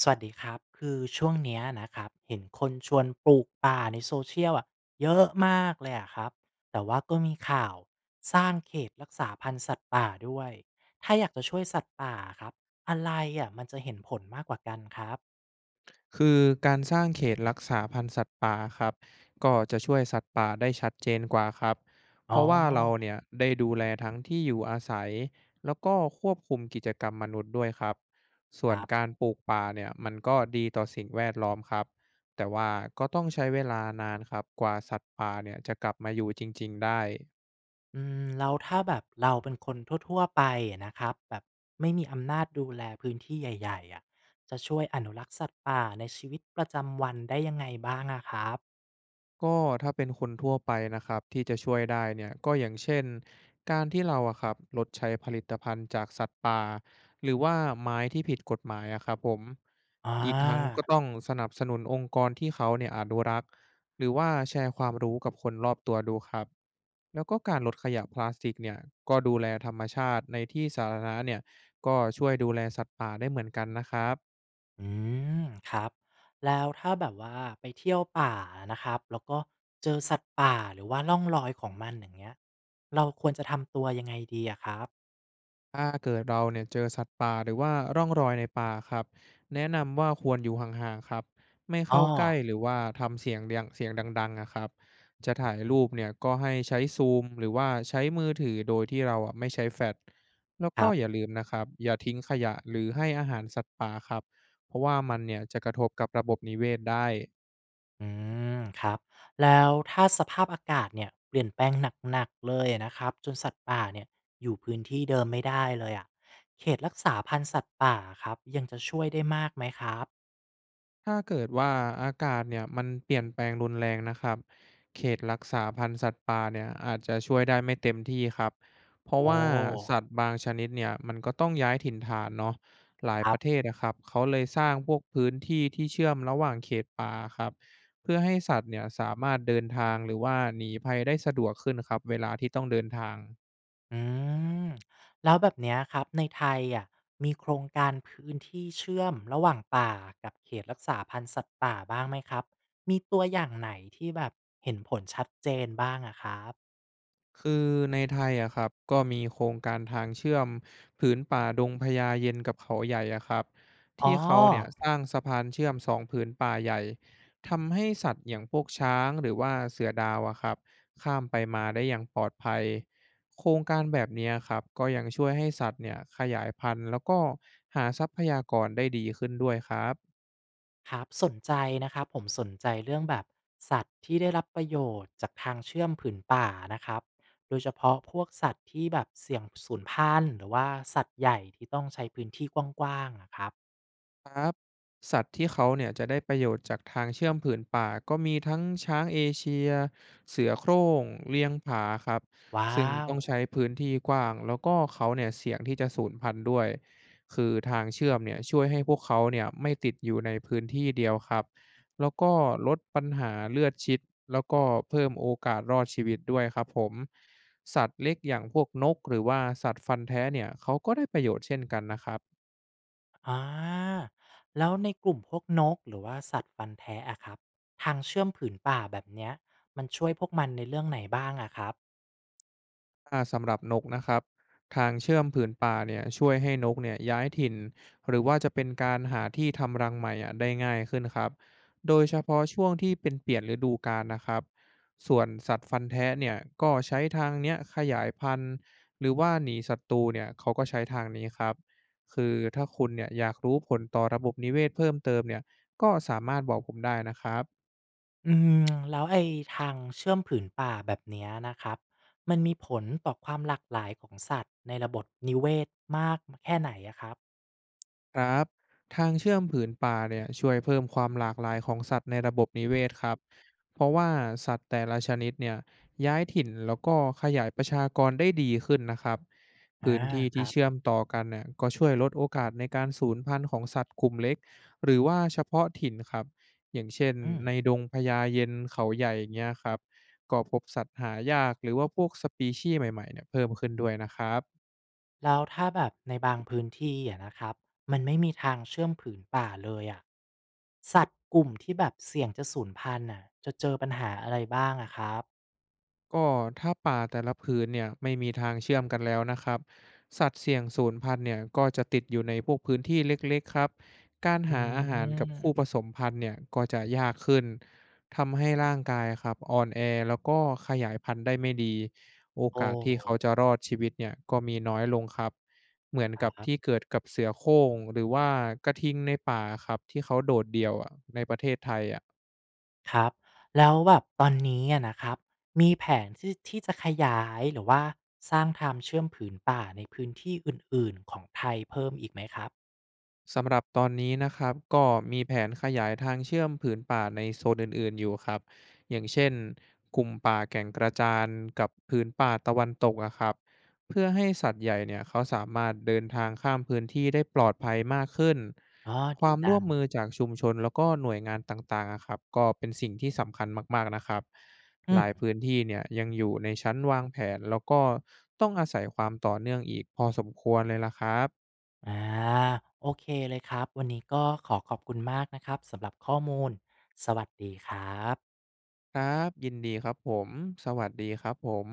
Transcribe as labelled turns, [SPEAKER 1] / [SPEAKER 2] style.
[SPEAKER 1] สวัสดีครับคือช่วงเนี้ยนะครับเห็นคนชวนปลูกป่าในโซเชียลอ่ะเยอะมากเลยอะครับแต่ว่าก็มีข่าวสร้างเขตรักษาพันธุ์สัตว์ป่าด้วยถ้าอยากจะช่วยสัตว์ป่าครับอะไรอ่ะมันจะเห็นผลมากกว่ากันครับ
[SPEAKER 2] คือการสร้างเขตรักษาพันธุ์สัตว์ป่าครับก็จะช่วยสัตว์ป่าได้ชัดเจนกว่าครับเพ
[SPEAKER 1] อ๋อ
[SPEAKER 2] ราะว่าเราเนี่ยได้ดูแลทั้งที่อยู่อาศัยแล้วก็ควบคุมกิจกรรมมนุษย์ด้วยครับส่
[SPEAKER 1] ค
[SPEAKER 2] วน
[SPEAKER 1] รั
[SPEAKER 2] การ
[SPEAKER 1] บ
[SPEAKER 2] ปลูกป่าเนี่ยมันก็ดีต่อสิ่งแวดล้อมครับแต่ว่าก็ต้องใช้เวลานานครับกว่าสัตว์ป่าเนี่ยจะกลับมาอยู่จริงๆได้
[SPEAKER 1] อืมแล้วถ้าแบบเราเป็นคนทั่วๆไปอะนะครับแบบไม่มีอำนาจดูแลพื้นที่ใหญ่ๆอ่ะจะช่วยอนุรักษ์สัตว์ป่าในชีวิตประจำวันได้ยังไงบ้างอะครับ
[SPEAKER 2] ก็ถ้าเป็นคนทั่วไปนะครับที่จะช่วยได้เนี่ยก็อย่างเช่นการที่เราอะครับลดใช้ผลิตภัณฑ์จากสัตว์ป่าหรือว่าไม้ที่ผิดกฎหมายอะครับผม
[SPEAKER 1] อ่
[SPEAKER 2] อีกทั้งก็ต้
[SPEAKER 1] า
[SPEAKER 2] องสนับสนุนองค์กรที่เขาเนี่ยอนุรักษ์หรือว่าแชร์ความรู้กับคนรอบตัวดูครับแล้วก็การลดขยะพลาสติกเนี่ยก็ดูแลธรรมชาติในที่สาธารณะเนี่ยก็ช่วยดูแลสัตว์ป่าได้เหมือนกันนะครับ
[SPEAKER 1] อืมครับแล้วถ้าแบบว่าไปเที่ยวป่านะครับแล้วก็เจอสัตว์ป่าหรือว่าร่องรอยของมันอย่างเงี้ย
[SPEAKER 2] ถ้าเกิดเราเนี่ยเจอสัตว์ป่าหรือว่าร่องรอยในป่าครับแนะนำว่าควรอยู่ห่างๆครับไม่
[SPEAKER 1] อ๋อ
[SPEAKER 2] เข้าใกล้หรือว่าทำเสียงเดียงเสียงดังๆอะครับจะถ่ายรูปเนี่ยก็ให้ใช้ซูมหรือว่าใช้มือถือโดยที่เราอะไม่ใช้แฟลชแล้ว
[SPEAKER 1] ค
[SPEAKER 2] ก็
[SPEAKER 1] รั
[SPEAKER 2] อย่า
[SPEAKER 1] บ
[SPEAKER 2] ลืมนะครับอย่าทิ้งขยะหรือให้อาหารสัตว์ป่าครับเพราะว่ามันเนี่ยจะกระทบกับระบบนิเวศได้
[SPEAKER 1] อืมครับแล้วถ้าสภาพอากาศเนี่ยเปลี่ยนแปลงหนักๆเลยนะครับจนสัตว์ป่าเนี่ยอยู่พื้นที่เดิมไม่ได้เลยอะเขตรักษาพันธุ์สัตว์ป่าครับยังจะช่วยได้มากไหมครับ
[SPEAKER 2] ถ้าเกิดว่าอากาศเนี่ยมันเปลี่ยนแปลงรุนแรงนะครับเขตรักษาพันธุ์สัตว์ป่าเนี่ยอาจจะช่วยได้ไม่เต็มที่ครับเพราะ
[SPEAKER 1] โอ้
[SPEAKER 2] ว่าสัตว์บางชนิดเนี่ยมันก็ต้องย้ายถิ่นฐานเนาะหลาย
[SPEAKER 1] ค
[SPEAKER 2] ป
[SPEAKER 1] รับ
[SPEAKER 2] ระเทศนะครับเขาเลยสร้างพวกพื้นที่ที่เชื่อมระหว่างเขตป่าครับเพื่อให้สัตว์เนี่ยสามารถเดินทางหรือว่าหนีภัยได้สะดวกขึ้นครับเวลาที่ต้องเดินทาง
[SPEAKER 1] อืมแล้วแบบเนี้ยครับในไทยอะมีโครงการพื้นที่เชื่อมระหว่างป่ากับเขตรักษาพันธุ์สัตว์ป่าบ้างไหมครับมีตัวอย่างไหนที่แบบเห็นผลชัดเจนบ้างอะครับ
[SPEAKER 2] คือในไทยอะครับก็มีโครงการทางเชื่อมผืนป่าดงพญาเย็นกับเขาใหญ่อะครับ
[SPEAKER 1] อ๋อ
[SPEAKER 2] ที่เขาเนี่ยสร้างสะพานเชื่อมสองผืนป่าใหญ่ทำให้สัตว์อย่างพวกช้างหรือว่าเสือดาวอะครับข้ามไปมาได้อย่างปลอดภัยโครงการแบบเนี้ยครับก็ยังช่วยให้สัตว์เนี่ยขยายพันธุ์แล้วก็หาทรัพยากรได้ดีขึ้นด้วยครับ
[SPEAKER 1] ครับสนใจนะครับผมสนใจเรื่องแบบสัตว์ที่ได้รับประโยชน์จากทางเชื่อมผืนป่านะครับโดยเฉพาะพวกสัตว์ที่แบบเสี่ยงสูญพันธุ์หรือว่าสัตว์ใหญ่ที่ต้องใช้พื้นที่กว้างๆอะครับ
[SPEAKER 2] ครับสัตว์ที่เขาเนี่ยจะได้ประโยชน์จากทางเชื่อมผืนป่าก็มีทั้งช้างเอเชียเสือโคร่งเลี้ยงผาครับซึ่ง
[SPEAKER 1] ว้าว
[SPEAKER 2] ต้องใช้พื้นที่กว้างแล้วก็เขาเนี่ยเสี่ยงที่จะสูญพันธุ์ด้วยคือทางเชื่อมเนี่ยช่วยให้พวกเขาเนี่ยไม่ติดอยู่ในพื้นที่เดียวครับแล้วก็ลดปัญหาเลือดชิดแล้วก็เพิ่มโอกาสรอดชีวิตด้วยครับผมสัตว์เล็กอย่างพวกนกหรือว่าสัตว์ฟันแท้เนี่ยเขาก็ได้ประโยชน์เช่นกันนะครับ
[SPEAKER 1] อาแล้วในกลุ่มพวกนกหรือว่าสัตว์ฟันแทะอะครับทางเชื่อมผืนป่าแบบเนี้ยมันช่วยพวกมันในเรื่องไหนบ้างอะครับ
[SPEAKER 2] สำหรับนกนะครับทางเชื่อมผืนป่าเนี่ยช่วยให้นกเนี่ยย้ายถิ่นหรือว่าจะเป็นการหาที่ทำรังใหม่อะได้ง่ายขึ้นครับโดยเฉพาะช่วงที่เป็นเปลี่ยนฤดูกาลนะครับส่วนสัตว์ฟันแท้เนี่ยก็ใช้ทางเนี้ยขยายพันธุ์หรือว่าหนีศัตรูเนี่ยเขาก็ใช้ทางนี้ครับคือถ้าคุณเนี่ยอยากรู้ผลต่อระบบนิเวศเพิ่มเติมเนี่ยก็สามารถบอกผมได้นะครับ
[SPEAKER 1] อืมแล้วไอ้ทางเชื่อมผืนป่าแบบเนี้ยนะครับมันมีผลต่อความหลากหลายของสัตว์ในระบบนิเวศมากแค่ไหนอะครับ
[SPEAKER 2] ครับทางเชื่อมผืนป่าเนี่ยช่วยเพิ่มความหลากหลายของสัตว์ในระบบนิเวศครับเพราะว่าสัตว์แต่ละชนิดเนี่ยย้ายถิ่นแล้วก็ขยายประชากรได้ดีขึ้นนะครับ
[SPEAKER 1] อา
[SPEAKER 2] พื้นที่
[SPEAKER 1] ค
[SPEAKER 2] ที่
[SPEAKER 1] รับ
[SPEAKER 2] เชื่อมต่อกันเนี่ยก็ช่วยลดโอกาสในการสูญพันธุ์ของสัตว์กลุ่มเล็กหรือว่าเฉพาะถิ่นครับอย่างเช่น
[SPEAKER 1] อืม
[SPEAKER 2] ในดงพญาเย็นเขาใหญ่อย่างเงี้ยครับก็พบสัตว์หายากหรือว่าพวกสปีชีส์ใหม่ๆเนี่ยเพิ่มขึ้นด้วยนะครับ
[SPEAKER 1] แล้วถ้าแบบในบางพื้นที่อะนะครับมันไม่มีทางเชื่อมผืนป่าเลยอะสัตว์กลุ่มที่แบบเสี่ยงจะสูญพันธุ์น่ะจะเจอปัญหาอะไรบ้างอะครับ
[SPEAKER 2] ก็ถ้าป่าแต่ละพื้นเนี่ยไม่มีทางเชื่อมกันแล้วนะครับสัตว์เสี่ยงสูญพันธุ์เนี่ยก็จะติดอยู่ในพวกพื้นที่เล็กๆครับการ
[SPEAKER 1] อืม
[SPEAKER 2] หาอาหารกับคู่ผสมพันธุ์เนี่ยก็จะยากขึ้นทำให้ร่างกายครับอ่อนแอแล้วก็ขยายพันธุ์ได้ไม่ดีโอ
[SPEAKER 1] โอ
[SPEAKER 2] กาสที่เขาจะ
[SPEAKER 1] ้
[SPEAKER 2] รอดชีวิตเนี่ยก็มีน้อยลงครับเหมือน
[SPEAKER 1] ค
[SPEAKER 2] กับ
[SPEAKER 1] รั
[SPEAKER 2] ที่
[SPEAKER 1] บ
[SPEAKER 2] เกิดกับเสือโคร่งหรือว่ากระทิงในป่าครับที่เขาโดดเดี่ยวอะในประเทศไทยอ่ะ
[SPEAKER 1] ครับแล้วแบบตอนนี้อะนะครับมีแผนที่ที่จะขยายหรือว่าสร้างทางเชื่อมผืนป่าในพื้นที่อื่นๆของไทยเพิ่มอีกไหมครับ
[SPEAKER 2] สำหรับตอนนี้นะครับก็มีแผนขยายทางเชื่อมผืนป่าในโซนอื่นๆอยู่ครับอย่างเช่นกลุ่มป่าแก่งกระจานกับผืนป่าตะวันตกอะครับเพื่อให้สัตว์ใหญ่เนี่ยเขาสามารถเดินทางข้ามพื้นที่ได้ปลอดภัยมากขึ้น
[SPEAKER 1] อ๋อ
[SPEAKER 2] ค
[SPEAKER 1] ดี
[SPEAKER 2] วาม
[SPEAKER 1] จั
[SPEAKER 2] ร่วม
[SPEAKER 1] ง
[SPEAKER 2] มือจากชุมชนแล้วก็หน่วยงานต่างๆอะครับก็เป็นสิ่งที่สำคัญมากๆนะครับ
[SPEAKER 1] อื
[SPEAKER 2] หลาย
[SPEAKER 1] ม
[SPEAKER 2] พื้นที่เนี่ยยังอยู่ในชั้นวางแผนแล้วก็ต้องอาศัยความต่อเนื่องอีกพอสมควรเลยล่ะครับ
[SPEAKER 1] อาโอเคเลยครับวันนี้ก็ขอขอบคุณมากนะครับสำหรับข้อมูลสวัสดีครับ
[SPEAKER 2] ครับยินดีครับผม สวัสดีครับผม